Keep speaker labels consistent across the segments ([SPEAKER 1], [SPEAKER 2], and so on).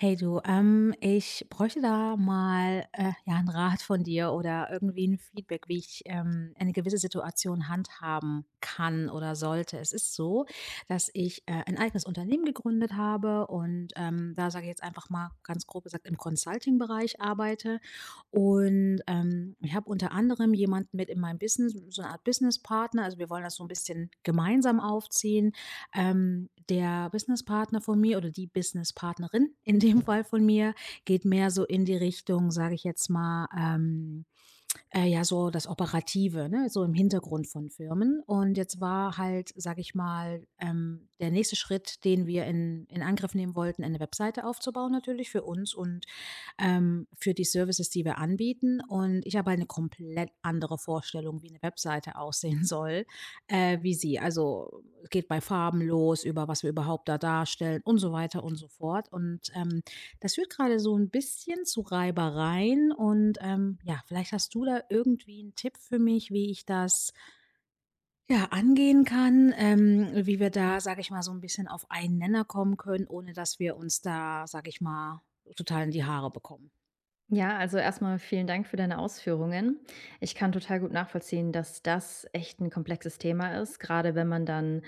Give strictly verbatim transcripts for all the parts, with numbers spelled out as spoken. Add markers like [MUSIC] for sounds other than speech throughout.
[SPEAKER 1] Hey du, ähm, ich bräuchte da mal äh, ja, einen Rat von dir oder irgendwie ein Feedback, wie ich, ähm, eine gewisse Situation handhaben kann oder sollte. Es ist so, dass ich, äh, ein eigenes Unternehmen gegründet habe und, ähm, da sage ich jetzt einfach mal ganz grob gesagt, im Consulting-Bereich arbeite. Und, ähm, ich habe unter anderem jemanden mit in meinem Business, so eine Art Business-Partner. Also, wir wollen das so ein bisschen gemeinsam aufziehen. Ähm, der Businesspartner von mir oder die Businesspartnerin [LAUGHS] in dem Fall von mir geht mehr so in die Richtung, sage ich jetzt mal, ähm, äh, ja, so das Operative, ne? So im Hintergrund von Firmen. Und jetzt war halt, sage ich mal, ähm, der nächste Schritt, den wir in, in Angriff nehmen wollten, eine Webseite aufzubauen, natürlich für uns und ähm, für die Services, die wir anbieten. Und ich habe halt eine komplett andere Vorstellung, wie eine Webseite [LAUGHS] aussehen soll, äh, wie sie. Also, es geht bei Farben los, über was wir überhaupt da darstellen und so weiter und so fort. Und, ähm, das führt gerade so ein bisschen zu Reibereien und, ähm, ja, vielleicht hast du da irgendwie einen Tipp für mich, wie ich das, ja, angehen kann, ähm, wie wir da, sage ich mal, so ein bisschen auf einen Nenner kommen können, ohne dass wir uns da, sage ich mal, total in die Haare bekommen.
[SPEAKER 2] Ja, also erstmal vielen Dank für deine Ausführungen. Ich kann total gut nachvollziehen, dass das echt ein komplexes Thema ist, gerade wenn man dann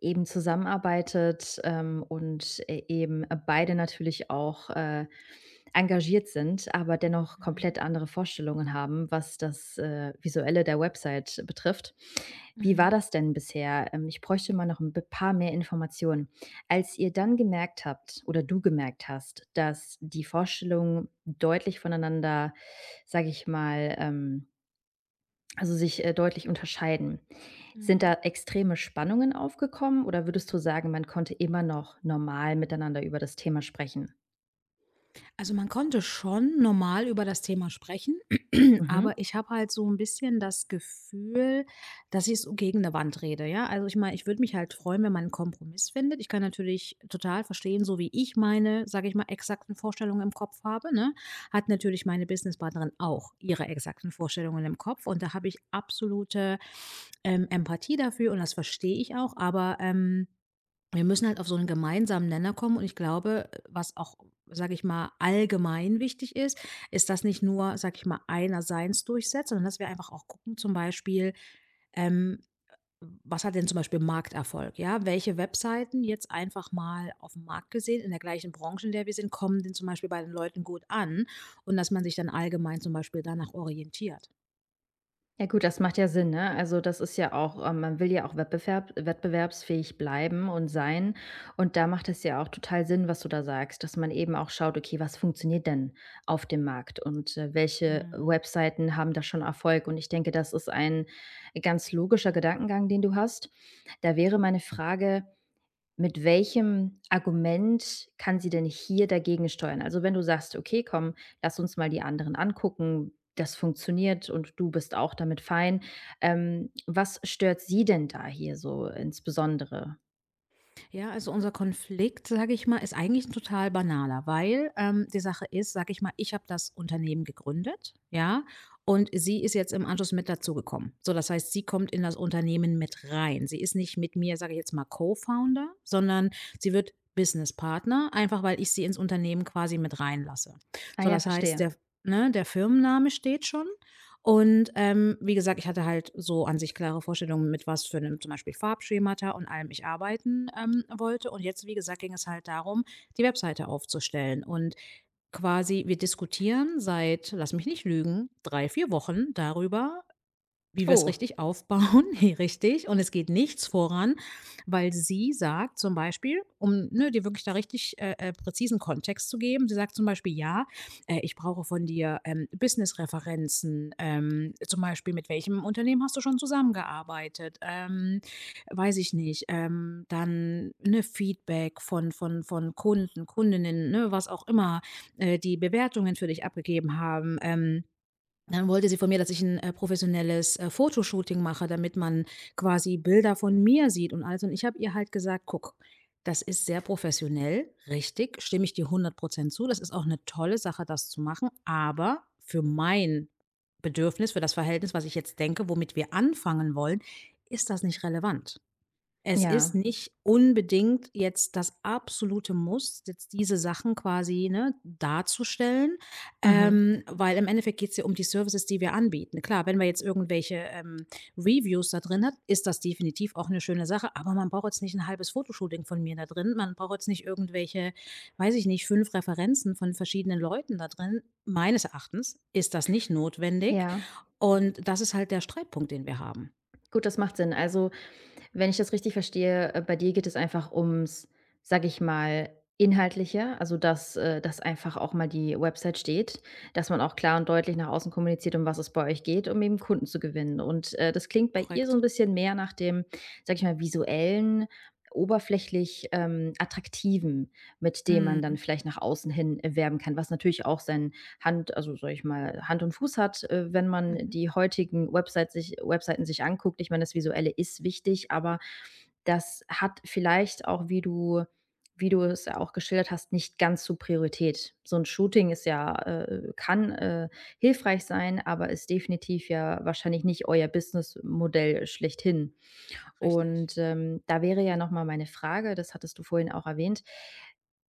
[SPEAKER 2] eben zusammenarbeitet, ähm, und e eben beide natürlich auch, äh, engagiert sind, aber dennoch
[SPEAKER 1] Mhm.
[SPEAKER 2] komplett andere Vorstellungen haben, was das, äh, Visuelle der Website betrifft. Wie
[SPEAKER 1] Mhm.
[SPEAKER 2] war das denn bisher? Ähm, ich bräuchte mal noch ein b paar mehr Informationen. Als ihr dann gemerkt habt oder du gemerkt hast, dass die Vorstellungen deutlich voneinander, sage ich mal, ähm also, sich, äh, deutlich unterscheiden. Sind da
[SPEAKER 1] Mhm.
[SPEAKER 2] extreme Spannungen aufgekommen oder würdest du sagen, man konnte immer noch normal miteinander über das Thema sprechen?
[SPEAKER 1] Also, man konnte schon normal über das Thema sprechen, [CLEARS THROAT]
[SPEAKER 2] Mhm.
[SPEAKER 1] aber ich habe halt so ein bisschen das Gefühl, dass ich so gegen 'ne Wand rede, ja? Also, ich meine, ich würde mich halt freuen, wenn man einen Kompromiss findet. Ich kann natürlich total verstehen, so wie ich meine, sage ich mal, exakten Vorstellungen im Kopf habe, ne, hat natürlich meine Businesspartnerin auch ihre exakten Vorstellungen im Kopf, und da habe ich absolute, ähm, Empathie dafür und das verstehe ich auch, aber, ähm wir müssen halt auf so einen gemeinsamen Nenner kommen, und ich glaube, was auch, sage ich mal, allgemein wichtig ist, ist, dass nicht nur, sage ich mal, einer seins durchsetzt, sondern dass wir einfach auch gucken, zum Beispiel, ähm, was hat denn zum Beispiel Markterfolg, ja? Welche Webseiten, jetzt einfach mal auf dem Markt gesehen, in der gleichen Branche, in der wir sind, kommen denn zum Beispiel bei den Leuten gut an, und dass man sich dann allgemein zum Beispiel danach orientiert.
[SPEAKER 2] Ja gut, das macht ja Sinn, ne? Also, das ist ja auch ähm, man will ja auch wettbewerb wettbewerbsfähig bleiben und sein. Und da macht es ja auch total Sinn, was du da sagst, dass man eben auch schaut: „Okay, was funktioniert denn auf dem Markt und, äh, welche
[SPEAKER 1] Mhm.
[SPEAKER 2] Webseiten haben da schon Erfolg?“ Und ich denke, das ist ein ganz logischer Gedankengang, den du hast. Da wäre meine Frage, mit welchem Argument kann sie denn hier dagegen steuern? Also, wenn du sagst: „Okay, komm, lass uns mal die anderen angucken. Das funktioniert und du bist auch damit fein.“ Ähm, was stört sie denn da hier so insbesondere?
[SPEAKER 1] Ja, also unser Konflikt, sage ich mal, ist eigentlich 'n total banaler, weil, ähm, die Sache ist, sage ich mal, ich habe das Unternehmen gegründet, ja, und sie ist jetzt im Anschluss mit dazugekommen. So, das heißt, sie kommt in das Unternehmen mit rein. Sie ist nicht mit mir, sage ich jetzt mal, Co-Founder, sondern sie wird Businesspartner, einfach weil ich sie ins Unternehmen quasi mit reinlasse.
[SPEAKER 2] Ah
[SPEAKER 1] So,
[SPEAKER 2] ja,
[SPEAKER 1] das heißt,
[SPEAKER 2] verstehe.
[SPEAKER 1] der ne, der Firmenname steht schon. Und, ähm, wie gesagt, ich hatte halt so an sich klare Vorstellungen, mit was für einem zum Beispiel Farbschemata und allem ich arbeiten, ähm, wollte. Und jetzt, wie gesagt, ging es halt darum, die Webseite aufzustellen. Und quasi wir diskutieren seit, lass mich nicht lügen, drei vier Wochen darüber, wie wir es
[SPEAKER 2] Oh,
[SPEAKER 1] richtig aufbauen. [LAUGHS] Ne, richtig. Und es geht nichts voran, weil sie sagt zum Beispiel, um, ne, dir wirklich da richtig, äh, äh, präzisen Kontext zu geben, sie sagt zum Beispiel: „Ja, äh, ich brauche von dir, ähm, Business-Referenzen, ähm, zum Beispiel, mit welchem Unternehmen hast du schon zusammengearbeitet?“ Ähm, weiß ich nicht, ähm, dann, ne, Feedback von von von Kunden, Kundinnen, ne, was auch immer, äh, die Bewertungen für dich abgegeben haben. Ähm dann wollte sie von mir, dass ich ein äh, professionelles, äh, Fotoshooting mache, damit man quasi Bilder von mir sieht und alles. Und ich habe ihr halt gesagt: „Guck, das ist sehr professionell, richtig, stimme ich dir hundert Prozent zu. Das ist auch eine tolle Sache, das zu machen, aber für mein Bedürfnis, für das Verhältnis, was ich jetzt denke, womit wir anfangen wollen, ist das nicht relevant.“ Es ist
[SPEAKER 2] ja.
[SPEAKER 1] nicht unbedingt jetzt das absolute Muss, jetzt diese Sachen quasi, ne, darzustellen,
[SPEAKER 2] Mhm.
[SPEAKER 1] ähm, weil im Endeffekt geht's ja um die Services, die wir anbieten. Klar, wenn man jetzt irgendwelche, ähm, Reviews da drin hat, ist das definitiv auch eine schöne Sache, aber man braucht jetzt nicht ein halbes Fotoshooting von mir da drin. Man braucht jetzt nicht irgendwelche, weiß ich nicht, fünf Referenzen von verschiedenen Leuten da drin. Meines Erachtens ist das nicht notwendig,
[SPEAKER 2] Ja.
[SPEAKER 1] und das ist halt der Streitpunkt, den wir haben.
[SPEAKER 2] Gut, das macht Sinn. Also, wenn ich das richtig verstehe, äh, bei dir geht es einfach ums, sage ich mal, Inhaltliche, also dass, äh, dass einfach auch mal die Website steht, dass man auch klar und deutlich nach außen kommuniziert, um was es bei euch geht, um eben Kunden zu gewinnen. Und äh, das klingt bei ihr so
[SPEAKER 1] Korrekt.
[SPEAKER 2] ein bisschen mehr nach dem, sage ich mal, visuellen, oberflächlich ähm, attraktiven, mit dem man dann
[SPEAKER 1] Mhm.
[SPEAKER 2] vielleicht nach außen hin äh, werben kann, was natürlich auch seinen Hand also, sage ich mal, Hand und Fuß hat, äh, wenn man die heutigen Website sich Webseiten sich anguckt. Ich meine, das Visuelle ist wichtig, aber das hat vielleicht auch, wie du wie du es ja auch geschildert hast, nicht ganz so Priorität. So ein Shooting ist ja äh, kann, äh, hilfreich sein, aber ist definitiv ja wahrscheinlich nicht euer Businessmodell schlechthin.
[SPEAKER 1] Richtig.
[SPEAKER 2] Und, ähm, da wäre ja noch mal meine Frage, das hattest du vorhin auch erwähnt,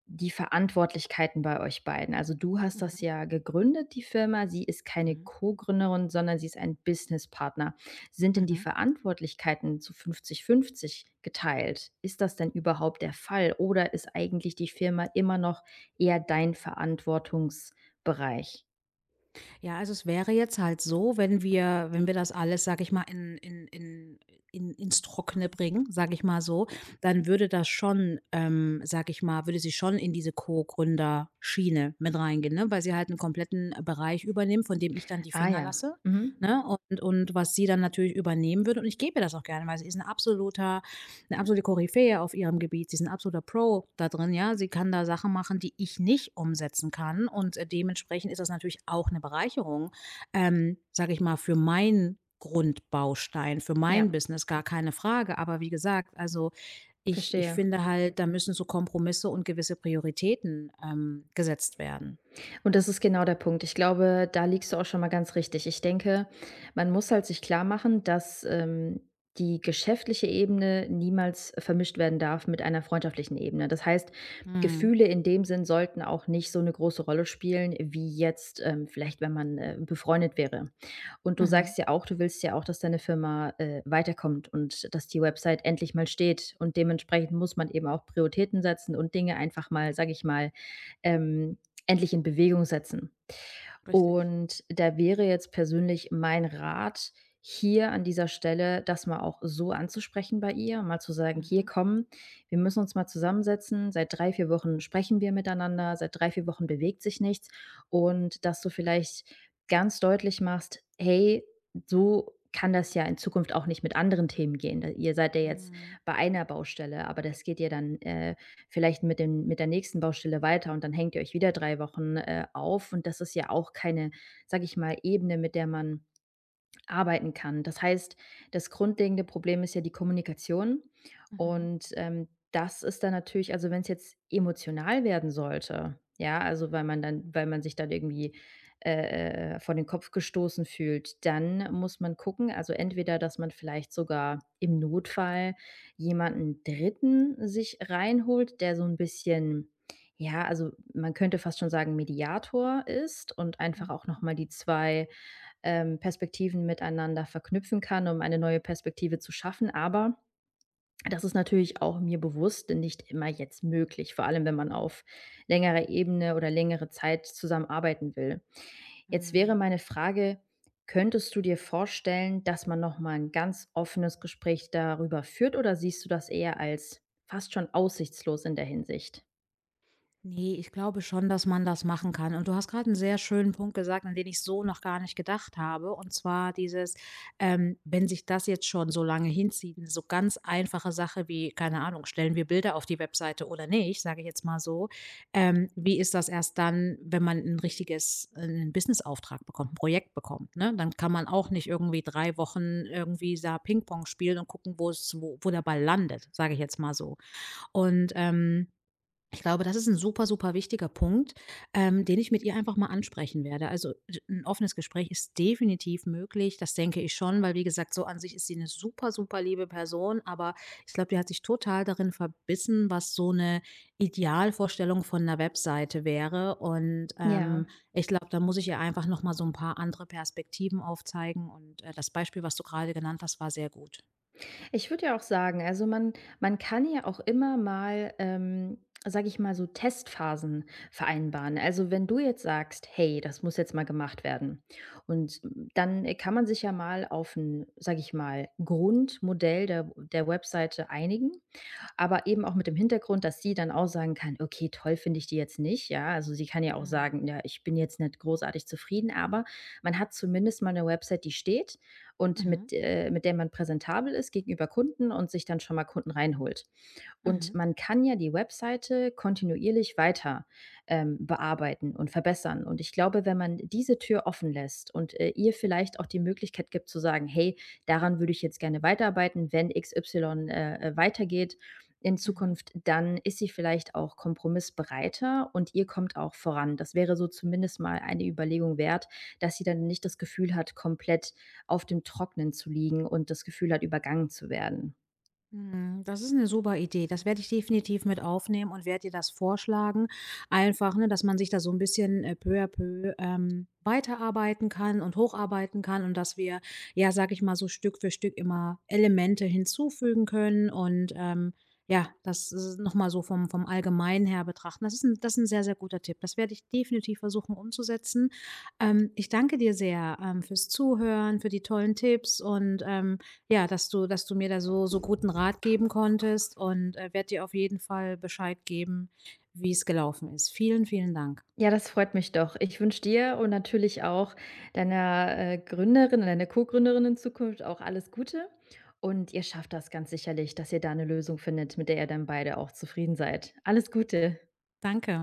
[SPEAKER 2] die Verantwortlichkeiten bei euch beiden. Also, du hast das
[SPEAKER 1] Mhm,
[SPEAKER 2] ja gegründet, die Firma. Sie ist keine
[SPEAKER 1] mhm,
[SPEAKER 2] Co-Gründerin, sondern sie ist ein Businesspartner. Sind denn die
[SPEAKER 1] mhm.
[SPEAKER 2] Verantwortlichkeiten zu fünfzig-fünfzig geteilt? Ist das denn überhaupt der Fall oder ist eigentlich die Firma immer noch eher dein Verantwortungsbereich?
[SPEAKER 1] Ja, also es wäre jetzt halt so, wenn wir wenn wir das alles, sage ich mal, in in in in ins Trockene bringen, sage ich mal so, dann würde das schon, ähm, sage ich mal, würde sie schon in diese Co-Gründer-Schiene mit reingehen, ne, weil sie halt einen kompletten Bereich übernimmt, von dem ich dann die
[SPEAKER 2] Ah
[SPEAKER 1] Finger
[SPEAKER 2] ja,
[SPEAKER 1] lasse,
[SPEAKER 2] mhm.
[SPEAKER 1] ne, und und was sie dann natürlich übernehmen würde, und ich gebe ihr das auch gerne, weil sie ist ein absoluter Eine absolute Koryphäe auf ihrem Gebiet. Sie ist 'n absoluter Pro da drin, ja? Sie kann da Sachen machen, die ich nicht umsetzen kann, und, äh, dementsprechend ist das natürlich auch eine Bereicherung, ähm, sage ich mal, für meinen Grundbaustein, für
[SPEAKER 2] Ja,
[SPEAKER 1] mein Business, gar keine Frage. Aber wie gesagt, also, ich ich
[SPEAKER 2] verstehe.
[SPEAKER 1] finde halt, da müssen so Kompromisse und gewisse Prioritäten, ähm, gesetzt werden.
[SPEAKER 2] Und das ist genau der Punkt. Ich glaube, da liegst du auch schon mal ganz richtig. Ich denke, man muss halt sich klar machen, dass, ähm, die geschäftliche Ebene niemals vermischt werden darf mit einer freundschaftlichen Ebene. Das heißt,
[SPEAKER 1] Mhm.
[SPEAKER 2] Gefühle in dem Sinn sollten auch nicht so eine große Rolle spielen wie jetzt, ähm, vielleicht, wenn man, äh, befreundet wäre. Und du
[SPEAKER 1] Mhm.
[SPEAKER 2] sagst ja auch, du willst ja auch, dass deine Firma, äh, weiterkommt und dass die Website endlich mal steht. Und dementsprechend muss man eben auch Prioritäten setzen und Dinge einfach mal, sage ich mal ähm, endlich in Bewegung setzen.
[SPEAKER 1] Richtig.
[SPEAKER 2] Und da wäre jetzt persönlich mein Rat hier an dieser Stelle, das mal auch so anzusprechen bei ihr, mal zu sagen, hier
[SPEAKER 1] Mhm.
[SPEAKER 2] komm, wir müssen uns mal zusammensetzen, seit drei, vier Wochen sprechen wir miteinander, seit drei, vier Wochen bewegt sich nichts und dass du vielleicht ganz deutlich machst, hey, so kann das ja in Zukunft auch nicht mit anderen Themen gehen. Ihr seid ja jetzt
[SPEAKER 1] Mhm.
[SPEAKER 2] bei einer Baustelle, aber das geht ja dann äh, vielleicht mit dem mit der nächsten Baustelle weiter und dann hängt ihr euch wieder drei Wochen, äh, auf. Und das ist ja auch keine, sage ich mal, Ebene, mit der man arbeiten kann. Das heißt, das grundlegende Problem ist ja die Kommunikation
[SPEAKER 1] Mhm.
[SPEAKER 2] und, ähm, das ist dann natürlich also, wenn es jetzt emotional werden sollte, ja, also, weil man dann weil man sich dann irgendwie, äh, äh, äh, vor den Kopf gestoßen fühlt, dann muss man gucken, also, entweder, dass man vielleicht sogar im Notfall jemanden Dritten sich reinholt, der so ein bisschen ja, also, man könnte fast schon sagen, Mediator ist und
[SPEAKER 1] Mhm.
[SPEAKER 2] einfach auch noch mal die zwei ähm, Perspektiven miteinander verknüpfen kann, um eine neue Perspektive zu schaffen. Aber das ist natürlich auch mir bewusst nicht immer jetzt möglich, vor allem wenn man auf längerer Ebene oder längere Zeit zusammenarbeiten will. Jetzt wäre
[SPEAKER 1] Mhm.
[SPEAKER 2] meine Frage, könntest du dir vorstellen, dass man nochmal ein ganz offenes Gespräch darüber führt oder siehst du das eher als fast schon aussichtslos in der Hinsicht?
[SPEAKER 1] Ne, ich glaube schon, dass man das machen kann. Und du hast gerade einen sehr schönen Punkt gesagt, an den ich so noch gar nicht gedacht habe. Und zwar dieses, ähm, wenn sich das jetzt schon so lange hinzieht, 'ne so ganz einfache Sache wie, keine Ahnung, stellen wir Bilder auf die Webseite oder nicht, sage ich jetzt mal so. Ähm, wie ist das erst dann, wenn man ein richtiges äh, einen Businessauftrag bekommt, 'n Projekt bekommt, ne? Dann kann man auch nicht irgendwie drei Wochen irgendwie da Pingpong spielen und gucken, wo's wo wo der Ball landet, sage ich jetzt mal so. Und, ähm, ich glaube, das ist ein super, super wichtiger Punkt, ähm, den ich mit ihr einfach mal ansprechen werde. Also, d 'n offenes Gespräch ist definitiv möglich, das denke ich schon, weil wie gesagt, so an sich ist sie eine super, super liebe Person, aber ich glaube, die hat sich total darin verbissen, was so eine Idealvorstellung von einer Webseite wäre. Und, ähm,
[SPEAKER 2] Ja.
[SPEAKER 1] ich glaube, da muss ich ihr einfach noch mal so ein paar andere Perspektiven aufzeigen, und, äh, das Beispiel, was du gerade genannt hast, war sehr gut.
[SPEAKER 2] Ich würde ja auch sagen, also man man kann ja auch immer mal, ähm, sage ich mal, so Testphasen vereinbaren. Also, wenn du jetzt sagst: „Hey, das muss jetzt mal gemacht werden.“ Und dann kann man sich ja mal auf ein, sage ich mal, Grundmodell der der Webseite einigen, aber eben auch mit dem Hintergrund, dass sie dann auch sagen kann: „Okay, toll finde ich die jetzt nicht“, ja? Also, sie kann ja auch
[SPEAKER 1] Mhm.
[SPEAKER 2] sagen: „Ja, ich bin jetzt nicht großartig zufrieden“, aber man hat zumindest mal eine Website, die steht und
[SPEAKER 1] Mhm.
[SPEAKER 2] mit, äh mit der man präsentabel ist gegenüber Kunden und sich dann schon mal Kunden reinholt. Und
[SPEAKER 1] Mhm.
[SPEAKER 2] man kann ja die Webseite kontinuierlich weiter, ähm, bearbeiten und verbessern. Und ich glaube, wenn man diese Tür offen lässt und, äh, ihr vielleicht auch die Möglichkeit gibt zu sagen: „Hey, daran würde ich jetzt gerne weiterarbeiten, wenn X Y, äh, äh, weitergeht in
[SPEAKER 1] Mhm.
[SPEAKER 2] Zukunft“, dann ist sie vielleicht auch kompromissbereiter und ihr kommt auch voran. Das wäre so zumindest mal eine Überlegung wert, dass sie dann nicht das Gefühl hat, komplett auf dem Trocknen zu liegen und das Gefühl hat, übergangen zu werden.
[SPEAKER 1] Mhm, das ist eine super Idee. Das werde ich definitiv mit aufnehmen und werde dir das vorschlagen. Einfach, ne, dass man sich da so ein bisschen, äh, peu à peu, ähm, weiterarbeiten kann und hocharbeiten kann, und dass wir, ja, sage ich mal, so Stück für Stück immer Elemente hinzufügen können und, ähm, ja, das s noch mal so vom vom Allgemeinen her betrachten. Das ist ein, das ist ein sehr, sehr guter Tipp. Das werde ich definitiv versuchen umzusetzen. Ähm, ich danke dir sehr, ähm, fürs Zuhören, für die tollen Tipps und, ähm ja, dass du dass du mir da so so guten Rat geben konntest, und, äh, werde dir auf jeden Fall Bescheid geben, wie es gelaufen ist. Vielen, vielen Dank.
[SPEAKER 2] Ja, das freut mich doch. Ich wünsche dir und natürlich auch deiner, äh, Gründerin deiner Co-Gründerin in Zukunft auch alles Gute und ihr schafft das ganz sicherlich, dass ihr da eine Lösung findet, mit der ihr dann beide auch zufrieden seid. Alles Gute.
[SPEAKER 1] Danke.